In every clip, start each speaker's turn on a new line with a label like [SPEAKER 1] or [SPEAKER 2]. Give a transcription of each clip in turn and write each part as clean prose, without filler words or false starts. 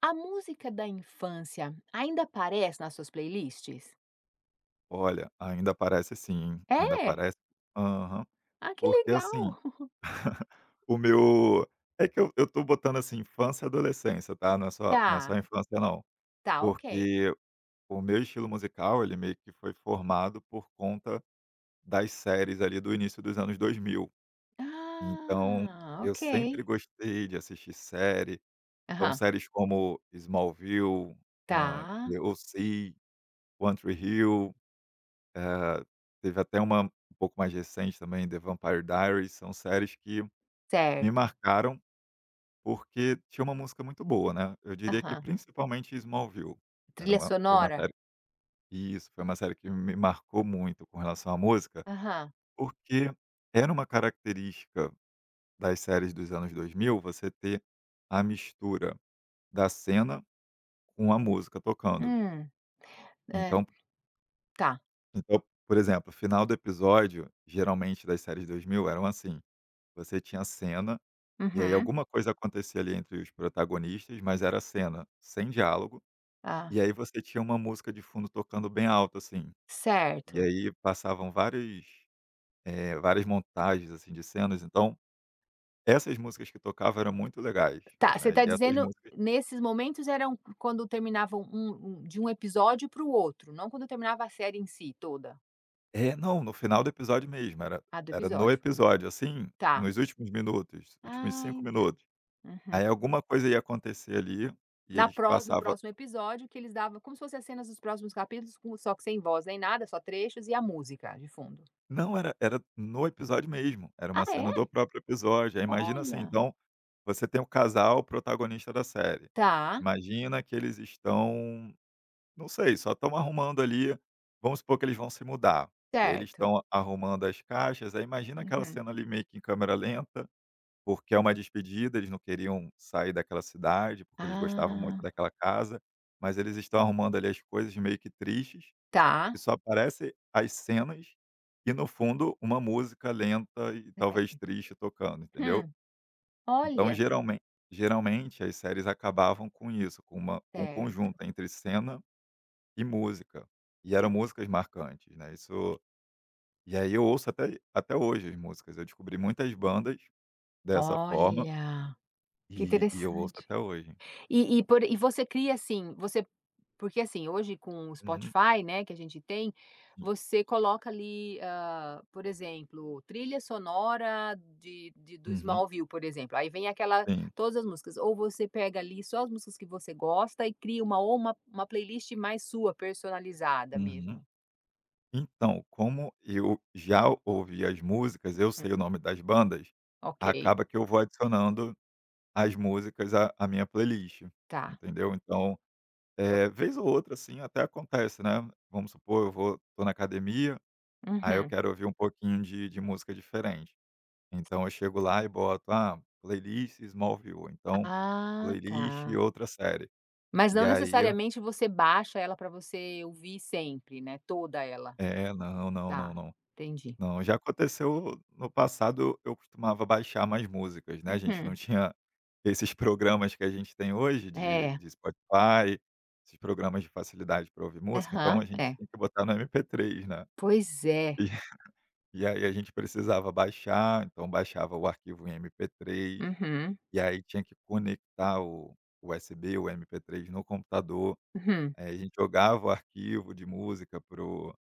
[SPEAKER 1] A música da infância ainda aparece nas suas playlists?
[SPEAKER 2] Olha, ainda parece sim, hein, ainda
[SPEAKER 1] É?
[SPEAKER 2] parece aham.
[SPEAKER 1] Ah, que
[SPEAKER 2] Porque,
[SPEAKER 1] legal!
[SPEAKER 2] assim, o meu é que eu tô botando, assim, infância e adolescência, tá, não é só
[SPEAKER 1] Tá,
[SPEAKER 2] infância não,
[SPEAKER 1] tá, ok.
[SPEAKER 2] porque o meu estilo musical, ele meio que foi formado por conta das séries, ali, do início dos anos 2000. Então,
[SPEAKER 1] Ah,
[SPEAKER 2] eu
[SPEAKER 1] ok.
[SPEAKER 2] sempre gostei de assistir série, então
[SPEAKER 1] Aham,
[SPEAKER 2] séries como Smallville,
[SPEAKER 1] tá,
[SPEAKER 2] The O.C., One Tree Hill, Eh, teve até uma um pouco mais recente também, The Vampire Diaries, são séries que me
[SPEAKER 1] certo.
[SPEAKER 2] marcaram, porque tinha uma música muito boa, né. Eu diria que
[SPEAKER 1] Aham.
[SPEAKER 2] principalmente Smallville, era
[SPEAKER 1] Trilha
[SPEAKER 2] uma foi uma
[SPEAKER 1] sonora?
[SPEAKER 2] série isso, foi uma série que me marcou muito com relação à música,
[SPEAKER 1] Aham.
[SPEAKER 2] porque era uma característica das séries dos anos 2000 você ter a mistura da cena com a música tocando.
[SPEAKER 1] Hum, é,
[SPEAKER 2] Então
[SPEAKER 1] tá.
[SPEAKER 2] então, por exemplo, o final do episódio, geralmente das séries 2000 eram assim. Você tinha cena, e aí
[SPEAKER 1] Uhum.
[SPEAKER 2] alguma coisa acontecia ali entre os protagonistas, mas era cena, sem diálogo,
[SPEAKER 1] Ah,
[SPEAKER 2] e aí você tinha uma música de fundo tocando bem alto, assim. E
[SPEAKER 1] certo.
[SPEAKER 2] aí passavam várias montagens, assim, de cenas, então essas músicas que tocavam eram muito legais,
[SPEAKER 1] Tá, você
[SPEAKER 2] né,
[SPEAKER 1] tá
[SPEAKER 2] e essas
[SPEAKER 1] dizendo
[SPEAKER 2] músicas
[SPEAKER 1] nesses momentos eram quando terminavam de um episódio para o outro, não quando terminava a série em si toda.
[SPEAKER 2] é, não, no final do episódio mesmo, era
[SPEAKER 1] Ah, do
[SPEAKER 2] era no
[SPEAKER 1] episódio.
[SPEAKER 2] episódio, assim,
[SPEAKER 1] Tá.
[SPEAKER 2] nos últimos minutos, últimos
[SPEAKER 1] Ah,
[SPEAKER 2] 5 minutos.
[SPEAKER 1] uhum.
[SPEAKER 2] Aí alguma coisa ia acontecer ali, e
[SPEAKER 1] Na
[SPEAKER 2] eles
[SPEAKER 1] pró No
[SPEAKER 2] passavam.
[SPEAKER 1] próximo episódio que eles davam como se fossem as cenas dos próximos capítulos com só que sem voz nem nada, só trechos e a música de fundo.
[SPEAKER 2] Não, era no episódio mesmo, era
[SPEAKER 1] Ah
[SPEAKER 2] uma cena
[SPEAKER 1] é?
[SPEAKER 2] do próprio episódio. Aí imagina assim,
[SPEAKER 1] Olha.
[SPEAKER 2] então, você tem o casal protagonista da série,
[SPEAKER 1] Tá.
[SPEAKER 2] imagina que eles estão, não sei, só estão arrumando ali, vamos supor que eles vão se mudar, e aí eles
[SPEAKER 1] Certo.
[SPEAKER 2] estão arrumando as caixas, aí imagina aquela
[SPEAKER 1] Uhum.
[SPEAKER 2] cena ali meio que em câmera lenta, porque é uma despedida, eles não queriam sair daquela cidade, porque eles gostavam muito
[SPEAKER 1] Ah.
[SPEAKER 2] daquela casa, mas eles estão arrumando ali as coisas meio que tristes.
[SPEAKER 1] Tá.
[SPEAKER 2] E só aparece as cenas e, no fundo, uma música lenta e talvez
[SPEAKER 1] Certo.
[SPEAKER 2] triste tocando, entendeu.
[SPEAKER 1] Hum.
[SPEAKER 2] Então
[SPEAKER 1] Olha.
[SPEAKER 2] geralmente as séries acabavam com isso, com uma com um
[SPEAKER 1] Certo.
[SPEAKER 2] conjunto entre cena e música. E eram músicas marcantes, né, isso e aí eu ouço até hoje as músicas, eu descobri muitas bandas dessa forma,
[SPEAKER 1] Olha, que
[SPEAKER 2] e eu ouço
[SPEAKER 1] interessante.
[SPEAKER 2] até hoje.
[SPEAKER 1] E você cria, assim, você porque, assim, hoje com o
[SPEAKER 2] Uhum,
[SPEAKER 1] Spotify, né, que a gente tem,
[SPEAKER 2] sim.
[SPEAKER 1] você coloca ali, por exemplo, trilha sonora de do
[SPEAKER 2] Uhum,
[SPEAKER 1] Smallville, por exemplo, aí vem aquela
[SPEAKER 2] sim.
[SPEAKER 1] todas as músicas, ou você pega ali só as músicas que você gosta e cria uma ou uma uma playlist mais sua, personalizada
[SPEAKER 2] Uhum.
[SPEAKER 1] mesmo.
[SPEAKER 2] Então, como eu já ouvi as músicas, eu sei o nome das bandas,
[SPEAKER 1] Ok,
[SPEAKER 2] acaba que eu vou adicionando as músicas à minha playlist,
[SPEAKER 1] tá.
[SPEAKER 2] entendeu? Então, é, vez ou outra, assim, até acontece, né? Vamos supor, tô na academia, aí eu
[SPEAKER 1] Uhum.
[SPEAKER 2] quero ouvir um pouquinho de música diferente. Então, eu chego lá e boto, playlist Smallville, ou então,
[SPEAKER 1] Ah,
[SPEAKER 2] playlist
[SPEAKER 1] tá.
[SPEAKER 2] outra série.
[SPEAKER 1] Mas
[SPEAKER 2] E
[SPEAKER 1] não
[SPEAKER 2] aí,
[SPEAKER 1] necessariamente você baixa ela para você ouvir sempre, né, toda ela.
[SPEAKER 2] é, não, não,
[SPEAKER 1] Tá,
[SPEAKER 2] não, não.
[SPEAKER 1] entendi.
[SPEAKER 2] Não, já aconteceu no passado, eu costumava baixar mais músicas, né, a gente não
[SPEAKER 1] Uhum.
[SPEAKER 2] tinha esses programas que a gente tem hoje de
[SPEAKER 1] É,
[SPEAKER 2] de Spotify, esses programas de facilidade para ouvir música, então
[SPEAKER 1] aham,
[SPEAKER 2] a gente
[SPEAKER 1] é.
[SPEAKER 2] tinha que botar no MP3, né.
[SPEAKER 1] Pois é.
[SPEAKER 2] E e aí a gente precisava baixar, então baixava o arquivo em MP3,
[SPEAKER 1] Uhum,
[SPEAKER 2] e aí tinha que conectar o USB, o MP3 no computador,
[SPEAKER 1] uhum.
[SPEAKER 2] aí a gente jogava o arquivo de música pro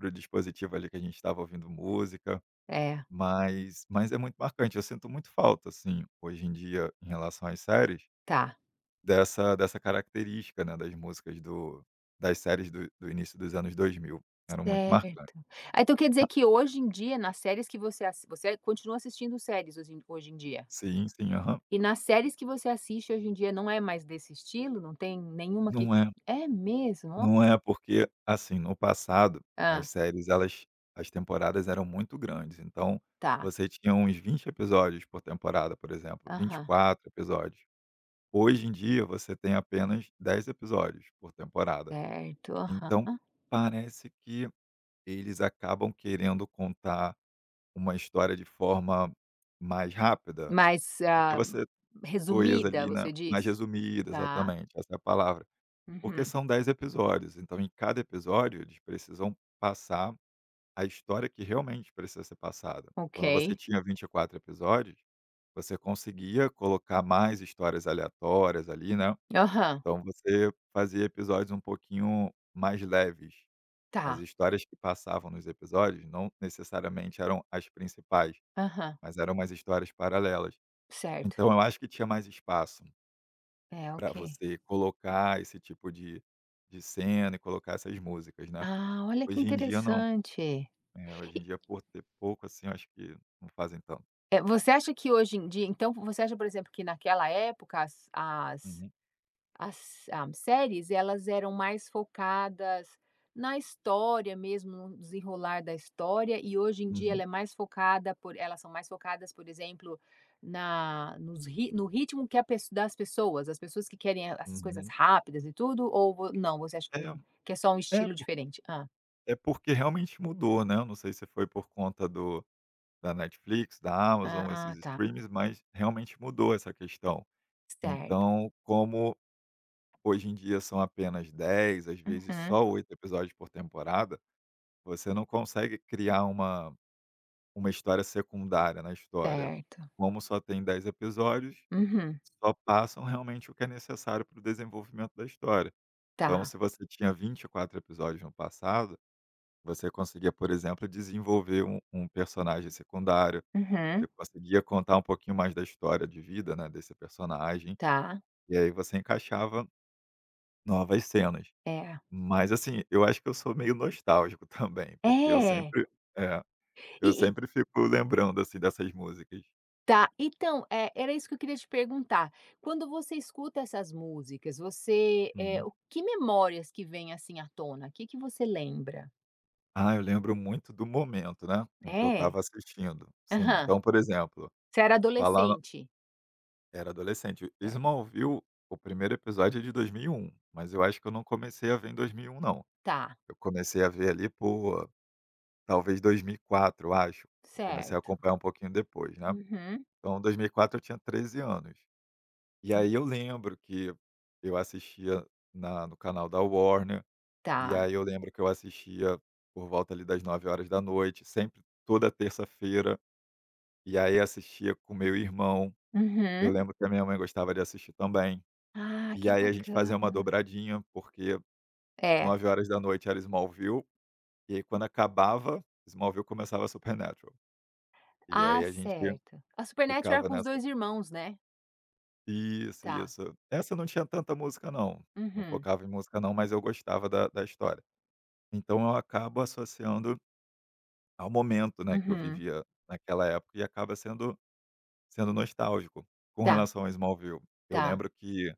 [SPEAKER 2] o dispositivo ali que a gente estava ouvindo música.
[SPEAKER 1] É,
[SPEAKER 2] Mas é muito marcante, eu sinto muito falta, assim, hoje em dia, em relação às séries,
[SPEAKER 1] tá,
[SPEAKER 2] dessa característica, né, das séries do início dos anos 2000 eram muito marcantes.
[SPEAKER 1] certo. Ah, então quer dizer que hoje em dia, nas séries que você continua assistindo séries hoje em dia?
[SPEAKER 2] Sim, sim, aham.
[SPEAKER 1] E nas séries que você assiste hoje em dia não é mais desse estilo? Não tem nenhuma que
[SPEAKER 2] Não é
[SPEAKER 1] é mesmo? Ó
[SPEAKER 2] não é, porque, assim, no passado, as
[SPEAKER 1] hã,
[SPEAKER 2] séries elas as temporadas eram muito grandes, então,
[SPEAKER 1] tá.
[SPEAKER 2] você tinha uns 20 episódios por temporada, por exemplo, vinte e
[SPEAKER 1] Aham,
[SPEAKER 2] quatro episódios. Hoje em dia, você tem apenas 10 episódios por temporada.
[SPEAKER 1] certo,
[SPEAKER 2] Então,
[SPEAKER 1] aham.
[SPEAKER 2] parece que eles acabam querendo contar uma história de forma mais rápida,
[SPEAKER 1] Mais,
[SPEAKER 2] porque
[SPEAKER 1] ah,
[SPEAKER 2] você coesa
[SPEAKER 1] resumida,
[SPEAKER 2] ali, né,
[SPEAKER 1] você
[SPEAKER 2] mais
[SPEAKER 1] diz?
[SPEAKER 2] resumida,
[SPEAKER 1] Tá.
[SPEAKER 2] exatamente, essa é a palavra. Porque
[SPEAKER 1] Uhum.
[SPEAKER 2] são 10 episódios, então em cada episódio eles precisam passar a história que realmente precisa ser passada. Quando você
[SPEAKER 1] Ok.
[SPEAKER 2] tinha 24 episódios, você conseguia colocar mais histórias aleatórias ali, né,
[SPEAKER 1] Aham.
[SPEAKER 2] então você fazia episódios um pouquinho mais leves. As
[SPEAKER 1] Tá.
[SPEAKER 2] histórias que passavam nos episódios não necessariamente eram as principais,
[SPEAKER 1] Aham.
[SPEAKER 2] mas eram umas histórias paralelas.
[SPEAKER 1] Certo.
[SPEAKER 2] Então eu acho que tinha mais espaço
[SPEAKER 1] É,
[SPEAKER 2] para
[SPEAKER 1] ok.
[SPEAKER 2] você colocar esse tipo de cena e colocar essas músicas, né.
[SPEAKER 1] Ah, olha que
[SPEAKER 2] Hoje em dia não.
[SPEAKER 1] interessante.
[SPEAKER 2] É, hoje em dia por ter pouco, assim, eu acho que não fazem tanto.
[SPEAKER 1] Você acha que hoje em dia então você acha, por exemplo, que naquela época as as
[SPEAKER 2] Uhum,
[SPEAKER 1] as, hã, séries elas eram mais focadas na história mesmo, no desenrolar da história e hoje em dia ela
[SPEAKER 2] uhum,
[SPEAKER 1] é mais focada por elas são mais focadas, por exemplo, na nos ri no ritmo que a pesso das pessoas, as pessoas que querem essas coisas
[SPEAKER 2] uhum.
[SPEAKER 1] rápidas e tudo ou vo não, você acha que não,
[SPEAKER 2] É,
[SPEAKER 1] que é só um
[SPEAKER 2] é
[SPEAKER 1] estilo
[SPEAKER 2] por
[SPEAKER 1] diferente? Ah,
[SPEAKER 2] é porque realmente mudou, né, eu não sei se foi por conta do da Netflix, da Amazon,
[SPEAKER 1] ah,
[SPEAKER 2] esses
[SPEAKER 1] tá.
[SPEAKER 2] streams, mas realmente mudou essa questão.
[SPEAKER 1] Certo.
[SPEAKER 2] Então como hoje em dia são apenas 10, às vezes
[SPEAKER 1] Uhum.
[SPEAKER 2] só 8 episódios por temporada, você não consegue criar uma história secundária na história.
[SPEAKER 1] Certo.
[SPEAKER 2] Como só tem 10 episódios,
[SPEAKER 1] Uhum.
[SPEAKER 2] só passam realmente o que é necessário para o desenvolvimento da história.
[SPEAKER 1] Tá.
[SPEAKER 2] Então, se você tinha 24 episódios no passado, você conseguia, por exemplo, desenvolver um personagem secundário, você
[SPEAKER 1] Uhum.
[SPEAKER 2] conseguia contar um pouquinho mais da história de vida, né, desse personagem,
[SPEAKER 1] Tá.
[SPEAKER 2] e aí você encaixava novas cenas.
[SPEAKER 1] É.
[SPEAKER 2] Mas assim, eu acho que eu sou meio nostálgico também, porque
[SPEAKER 1] É.
[SPEAKER 2] é,
[SPEAKER 1] E
[SPEAKER 2] eu
[SPEAKER 1] e
[SPEAKER 2] sempre fico lembrando, assim, dessas músicas.
[SPEAKER 1] tá, então, era isso que eu queria te perguntar. Quando você escuta essas músicas, você, é
[SPEAKER 2] Uhum.
[SPEAKER 1] o que memórias que vêm, assim, à tona? O que que você lembra?
[SPEAKER 2] Ah, eu lembro muito do momento, né, em que eu
[SPEAKER 1] É?
[SPEAKER 2] estava assistindo. Sim,
[SPEAKER 1] Aham.
[SPEAKER 2] então, por exemplo,
[SPEAKER 1] Você era
[SPEAKER 2] falando
[SPEAKER 1] adolescente?
[SPEAKER 2] era adolescente.
[SPEAKER 1] Certo.
[SPEAKER 2] Smallville, o primeiro episódio é de 2001, mas eu acho que eu não comecei a ver em 2001 não.
[SPEAKER 1] Tá.
[SPEAKER 2] Eu comecei a ver ali por talvez 2004, eu acho. Eu comecei a
[SPEAKER 1] Certo.
[SPEAKER 2] acompanhar um pouquinho depois, né.
[SPEAKER 1] Uhum.
[SPEAKER 2] Então 2004 eu tinha 13 anos. E
[SPEAKER 1] Hum.
[SPEAKER 2] aí eu lembro que eu assistia na no canal da Warner,
[SPEAKER 1] Tá.
[SPEAKER 2] e aí eu lembro que eu assistia por volta ali das 9 horas da noite, sempre toda terça-feira, e aí assistia com meu irmão. Eu
[SPEAKER 1] Uhum.
[SPEAKER 2] lembro que a minha mãe gostava de assistir também.
[SPEAKER 1] Ah,
[SPEAKER 2] E
[SPEAKER 1] que
[SPEAKER 2] aí a gente
[SPEAKER 1] bacana.
[SPEAKER 2] fazia uma dobradinha, porque
[SPEAKER 1] É.
[SPEAKER 2] 9 horas da noite era Smallville, e aí quando acabava Smallville começava Supernatural. E
[SPEAKER 1] Ah,
[SPEAKER 2] aí a gente
[SPEAKER 1] certo. A Supernat era
[SPEAKER 2] ficava
[SPEAKER 1] com os
[SPEAKER 2] nessa.
[SPEAKER 1] 2 irmãos, né?
[SPEAKER 2] Isso,
[SPEAKER 1] Tá.
[SPEAKER 2] isso. Essa não tinha tanta música não, não
[SPEAKER 1] Uhum,
[SPEAKER 2] focava em música não, mas eu gostava da história. Então eu acabo associando ao momento, né, que eu
[SPEAKER 1] uhum.
[SPEAKER 2] vivia naquela época e acaba sendo nostálgico. Com
[SPEAKER 1] Tá,
[SPEAKER 2] relação ao Smallville, eu
[SPEAKER 1] tá.
[SPEAKER 2] lembro que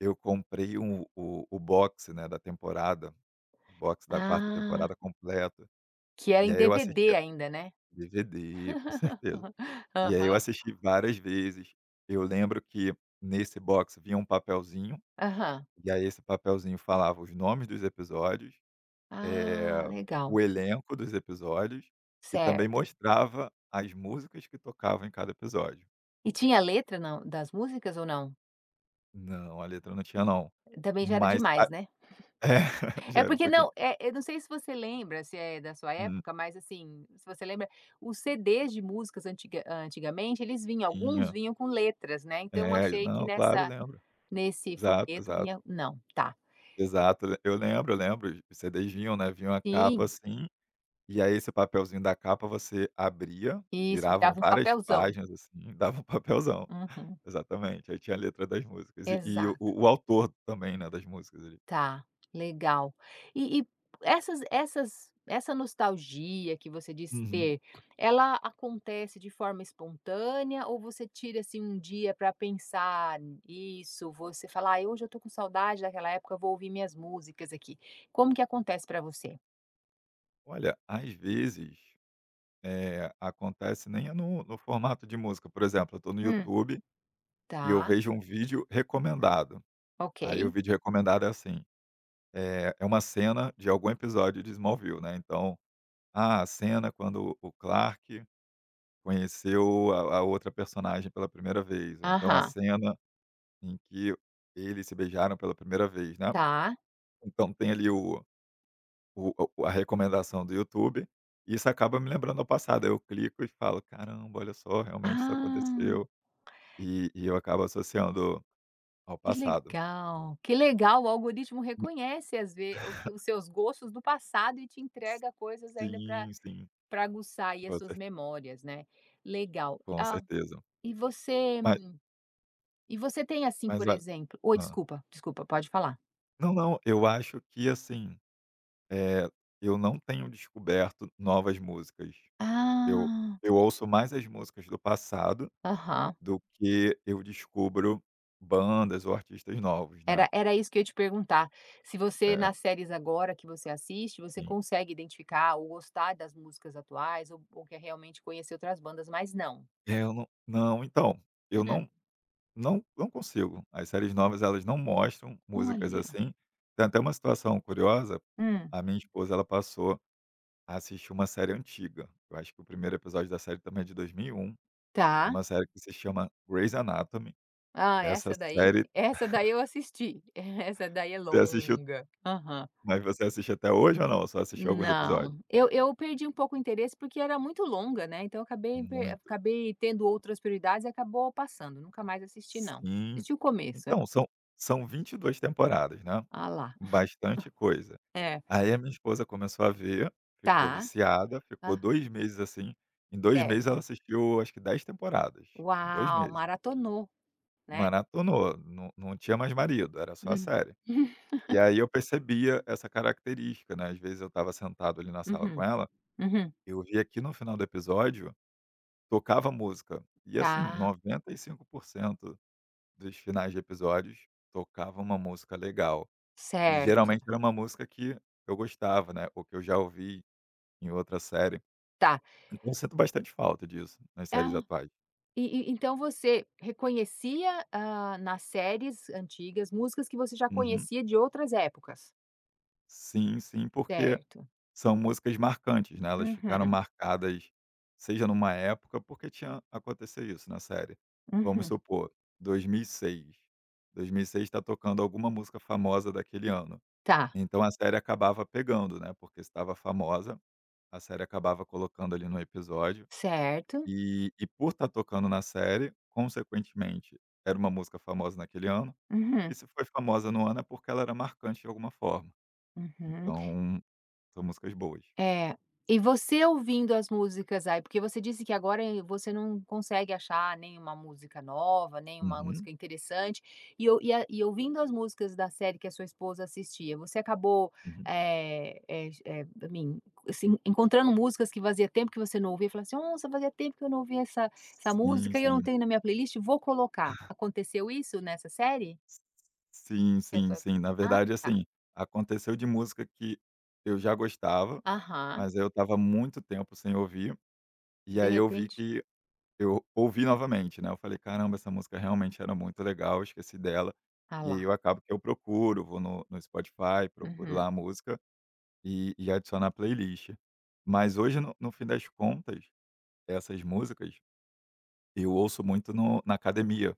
[SPEAKER 2] eu comprei o box, né, da temporada, o box da quarta
[SPEAKER 1] Ah,
[SPEAKER 2] temporada completo,
[SPEAKER 1] que era
[SPEAKER 2] e
[SPEAKER 1] em
[SPEAKER 2] aí eu
[SPEAKER 1] DVD
[SPEAKER 2] assistia
[SPEAKER 1] ainda, né?
[SPEAKER 2] DVD, com certeza. E aí eu
[SPEAKER 1] Aham,
[SPEAKER 2] assisti várias vezes. Eu lembro que nesse box vinha um papelzinho.
[SPEAKER 1] aham.
[SPEAKER 2] E aí esse papelzinho falava os nomes dos episódios, eh,
[SPEAKER 1] Ah, legal,
[SPEAKER 2] o elenco dos episódios e também
[SPEAKER 1] certo.
[SPEAKER 2] mostrava as músicas que tocavam em cada episódio.
[SPEAKER 1] E tinha letra não das músicas ou não?
[SPEAKER 2] Não, a letra não tinha não,
[SPEAKER 1] Também já era
[SPEAKER 2] mas
[SPEAKER 1] demais, né?
[SPEAKER 2] já
[SPEAKER 1] É
[SPEAKER 2] era um
[SPEAKER 1] porque
[SPEAKER 2] pouquinho.
[SPEAKER 1] não, eu não sei se você lembra, se é da sua
[SPEAKER 2] Hum,
[SPEAKER 1] época, mas assim, se você lembra, os CDs de músicas antiga antigamente eles vinham, alguns
[SPEAKER 2] tinha.
[SPEAKER 1] vinham com letras, né, então eu
[SPEAKER 2] É,
[SPEAKER 1] achei que
[SPEAKER 2] não, claro,
[SPEAKER 1] nessa
[SPEAKER 2] lembro.
[SPEAKER 1] nesse
[SPEAKER 2] Exato,
[SPEAKER 1] folheto
[SPEAKER 2] exato.
[SPEAKER 1] vinha não, tá.
[SPEAKER 2] Exato, eu lembro, os CDs vinham, né, vinham a capa
[SPEAKER 1] Sim,
[SPEAKER 2] assim. E aí esse papelzinho da capa você abria,
[SPEAKER 1] isso,
[SPEAKER 2] viravam
[SPEAKER 1] virava um
[SPEAKER 2] várias
[SPEAKER 1] papelzão.
[SPEAKER 2] páginas, assim, dava um papelzão.
[SPEAKER 1] Uhum,
[SPEAKER 2] Exatamente, aí tinha a letra das músicas e o
[SPEAKER 1] exato.
[SPEAKER 2] o autor também, né, das músicas ali.
[SPEAKER 1] Tá, legal. E e essas essa nostalgia que você diz
[SPEAKER 2] Uhum.
[SPEAKER 1] ter, ela acontece de forma espontânea ou você tira, assim, um dia para pensar nisso, você fala: "Ai, hoje eu tô com saudade daquela época, eu vou ouvir minhas músicas aqui". Como que acontece para você?
[SPEAKER 2] Olha, às vezes, acontece nem é no formato de música, por exemplo, eu estou no
[SPEAKER 1] Hum.
[SPEAKER 2] YouTube e eu
[SPEAKER 1] Tá,
[SPEAKER 2] vejo um vídeo recomendado, aí o
[SPEAKER 1] ok.
[SPEAKER 2] vídeo recomendado é assim, é uma cena de algum episódio de Smallville, né, então, a cena quando o Clark conheceu a outra personagem pela primeira vez, ou então a
[SPEAKER 1] Aham,
[SPEAKER 2] cena em que eles se beijaram pela primeira vez, né.
[SPEAKER 1] tá.
[SPEAKER 2] Então tem ali o a recomendação do YouTube, e isso acaba me lembrando ao passado, aí eu clico e falo: "Caramba, olha só, realmente isso
[SPEAKER 1] Ah.
[SPEAKER 2] aconteceu", e eu acabo associando ao passado.
[SPEAKER 1] Que legal, o algoritmo
[SPEAKER 2] Ma
[SPEAKER 1] reconhece às ve o que os seus gostos do passado e te entrega coisas ainda
[SPEAKER 2] Sim, sim,
[SPEAKER 1] para aguçar aí as
[SPEAKER 2] com
[SPEAKER 1] suas
[SPEAKER 2] cer
[SPEAKER 1] memórias, né. Legal.
[SPEAKER 2] com
[SPEAKER 1] Ah,
[SPEAKER 2] certeza.
[SPEAKER 1] e você
[SPEAKER 2] Mas
[SPEAKER 1] e você tem assim,
[SPEAKER 2] mas
[SPEAKER 1] por
[SPEAKER 2] olha
[SPEAKER 1] exemplo, oi,
[SPEAKER 2] hã.
[SPEAKER 1] desculpa, desculpa, pode falar.
[SPEAKER 2] Não, não, eu acho que, assim, eh, eu não tenho descoberto novas músicas. Eu
[SPEAKER 1] Ah,
[SPEAKER 2] eu ouço mais as músicas do passado
[SPEAKER 1] aham.
[SPEAKER 2] do que eu descubro bandas ou artistas novos, né.
[SPEAKER 1] Era isso que eu ia te perguntar, se você
[SPEAKER 2] É,
[SPEAKER 1] nas séries agora que você assiste, você
[SPEAKER 2] sim.
[SPEAKER 1] consegue identificar ou gostar das músicas atuais ou quer realmente conhecer outras bandas, mas não?
[SPEAKER 2] É, eu não, então, eu
[SPEAKER 1] Mm.
[SPEAKER 2] não consigo. As séries novas, elas não mostram músicas
[SPEAKER 1] Olha.
[SPEAKER 2] assim. Tem até uma situação curiosa,
[SPEAKER 1] Hum.
[SPEAKER 2] a minha esposa, ela passou a assistir uma série antiga. Eu acho que o primeiro episódio da série também é de 2001. É
[SPEAKER 1] Tá.
[SPEAKER 2] uma série que se chama Grey's Anatomy.
[SPEAKER 1] Ah,
[SPEAKER 2] Essa
[SPEAKER 1] essa daí,
[SPEAKER 2] série
[SPEAKER 1] essa daí eu assisti. Essa daí é
[SPEAKER 2] você assistiu,
[SPEAKER 1] longa. Aham.
[SPEAKER 2] mas você assiste até hoje ou não? Só assistiu alguns episódios?
[SPEAKER 1] Não, eu perdi um pouco o interesse, porque era muito longa, né, então eu
[SPEAKER 2] Muito.
[SPEAKER 1] acabei tendo outras prioridades e acabou passando, nunca mais assisti não.
[SPEAKER 2] Sim.
[SPEAKER 1] Assisti o começo. É.
[SPEAKER 2] Então, são 22 temporadas, né,
[SPEAKER 1] Ah lá.
[SPEAKER 2] bastante coisa.
[SPEAKER 1] É.
[SPEAKER 2] Aí a minha esposa começou a ver, ficou
[SPEAKER 1] Tá.
[SPEAKER 2] viciada, ficou
[SPEAKER 1] Ah,
[SPEAKER 2] 2 meses assim, em 2 meses
[SPEAKER 1] certo.
[SPEAKER 2] ela assistiu acho que 10 temporadas, em dois
[SPEAKER 1] Uau,
[SPEAKER 2] meses.
[SPEAKER 1] maratonou, né.
[SPEAKER 2] Maratonou, não tinha mais marido, era só a
[SPEAKER 1] Uhum.
[SPEAKER 2] série. E aí eu percebia essa característica, né, às vezes eu estava sentado ali na sala com
[SPEAKER 1] Uhum.
[SPEAKER 2] ela,
[SPEAKER 1] Uhum.
[SPEAKER 2] eu via que no final do episódio tocava música, e assim,
[SPEAKER 1] Tá,
[SPEAKER 2] 95% dos finais de episódios, tocava uma música legal. E
[SPEAKER 1] certo.
[SPEAKER 2] geralmente era uma música que eu gostava, né, ou que eu já ouvi em outra série.
[SPEAKER 1] Tá.
[SPEAKER 2] Então eu sinto bastante falta disso nas séries
[SPEAKER 1] Ah,
[SPEAKER 2] atuais.
[SPEAKER 1] Então você reconhecia, hã, nas séries antigas, músicas que você já
[SPEAKER 2] Uhum.
[SPEAKER 1] conhecia de outras épocas?
[SPEAKER 2] Sim, sim, porque
[SPEAKER 1] Certo.
[SPEAKER 2] são músicas marcantes, né, elas ficaram
[SPEAKER 1] Uhum,
[SPEAKER 2] marcadas, seja numa época, porque tinha aconteceu isso na série. Vamos
[SPEAKER 1] uhum.
[SPEAKER 2] supor, Dois mil e seis. 2006 está tocando alguma música famosa daquele ano.
[SPEAKER 1] Tá,
[SPEAKER 2] Então a série acabava pegando, né, porque estava famosa. A série acabava colocando ali no episódio.
[SPEAKER 1] certo.
[SPEAKER 2] E por estar tocando na série, consequentemente, era uma música famosa naquele ano, e
[SPEAKER 1] Uhum,
[SPEAKER 2] se foi famosa no ano é porque ela era marcante de alguma forma.
[SPEAKER 1] uhum.
[SPEAKER 2] Então, são músicas boas.
[SPEAKER 1] É. E você ouvindo as músicas aí, porque você disse que agora, você não consegue achar nenhuma música nova, nenhuma
[SPEAKER 2] Uhum,
[SPEAKER 1] música interessante, e ou e a e ouvindo as músicas da série que a sua esposa assistia, você acabou,
[SPEAKER 2] uhum.
[SPEAKER 1] I mean, assim, encontrando músicas que fazia tempo que você não ouvia, e falou assim: "Nossa, fazia tempo que eu não ouvia essa
[SPEAKER 2] Sim,
[SPEAKER 1] música e eu não
[SPEAKER 2] sim.
[SPEAKER 1] tenho na minha playlist, vou colocar". Aconteceu isso nessa série?
[SPEAKER 2] Sim,
[SPEAKER 1] Que a
[SPEAKER 2] sim,
[SPEAKER 1] tua
[SPEAKER 2] sim. Na
[SPEAKER 1] ah,
[SPEAKER 2] verdade,
[SPEAKER 1] tá.
[SPEAKER 2] assim, aconteceu de música que eu já gostava,
[SPEAKER 1] Aham.
[SPEAKER 2] mas aí eu tava muito tempo sem ouvir, e
[SPEAKER 1] De
[SPEAKER 2] aí eu vi
[SPEAKER 1] repente
[SPEAKER 2] que eu ouvi novamente, né, eu falei: "Caramba, essa música realmente era muito legal, eu esqueci dela".
[SPEAKER 1] ah
[SPEAKER 2] E aí
[SPEAKER 1] lá.
[SPEAKER 2] eu acabo que eu procuro, vou no Spotify, procuro
[SPEAKER 1] Uhum.
[SPEAKER 2] lá a música e adiciono à playlist. Mas hoje, no fim das contas, essas músicas eu ouço muito no na academia,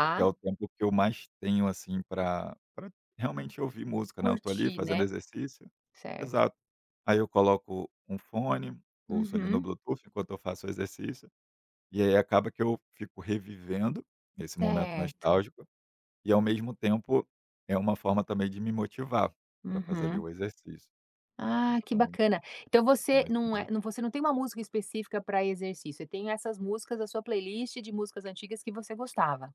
[SPEAKER 2] porque é o tempo que eu mais tenho, assim, para pra realmente ouvir música, né, eu tô ali
[SPEAKER 1] Curtir,
[SPEAKER 2] fazendo
[SPEAKER 1] né?
[SPEAKER 2] exercício
[SPEAKER 1] Certo.
[SPEAKER 2] exato. Aí eu coloco um fone, ouço ali no
[SPEAKER 1] Uhum.
[SPEAKER 2] Bluetooth enquanto eu faço o exercício e aí acaba que eu fico revivendo esse momento
[SPEAKER 1] Certo.
[SPEAKER 2] nostálgico e, ao mesmo tempo, é uma forma também de me motivar para fazer ali
[SPEAKER 1] Uhum.
[SPEAKER 2] o exercício.
[SPEAKER 1] Ah, que
[SPEAKER 2] Então,
[SPEAKER 1] bacana. Então você
[SPEAKER 2] mais
[SPEAKER 1] não
[SPEAKER 2] ou
[SPEAKER 1] é
[SPEAKER 2] menos
[SPEAKER 1] não, você não tem uma música específica para exercício, você tem essas músicas da sua playlist de músicas antigas que você gostava.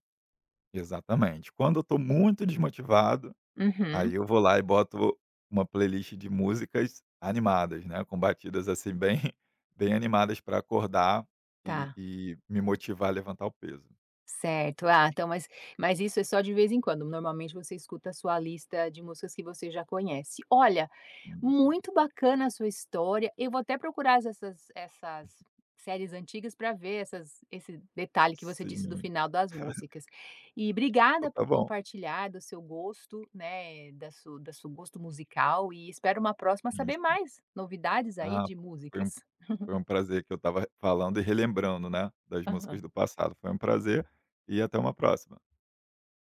[SPEAKER 2] exatamente. Quando eu estou muito desmotivado,
[SPEAKER 1] Uhum.
[SPEAKER 2] aí eu vou lá e boto uma playlist de músicas animadas, né, com batidas, assim, bem bem animadas para acordar e
[SPEAKER 1] Tá.
[SPEAKER 2] e me motivar a levantar o peso.
[SPEAKER 1] Certo. Ah, então mas isso é só de vez em quando, normalmente você escuta a sua lista de músicas que você já conhece. Olha,
[SPEAKER 2] Sim, sim.
[SPEAKER 1] muito bacana a sua história. Eu vou até procurar essas séries antigas para ver essas esse detalhe que você disse do
[SPEAKER 2] Sim,
[SPEAKER 1] final das músicas. E
[SPEAKER 2] então
[SPEAKER 1] obrigada
[SPEAKER 2] tá
[SPEAKER 1] por
[SPEAKER 2] bom.
[SPEAKER 1] compartilhar do seu gosto, né, da seu gosto musical e espero uma próxima
[SPEAKER 2] Sim,
[SPEAKER 1] saber
[SPEAKER 2] sim.
[SPEAKER 1] mais novidades aí
[SPEAKER 2] Ah,
[SPEAKER 1] de
[SPEAKER 2] foi um
[SPEAKER 1] músicas.
[SPEAKER 2] Foi um prazer, que eu estava falando e relembrando, né, das
[SPEAKER 1] Aham.
[SPEAKER 2] músicas do passado. Foi um prazer e até uma próxima.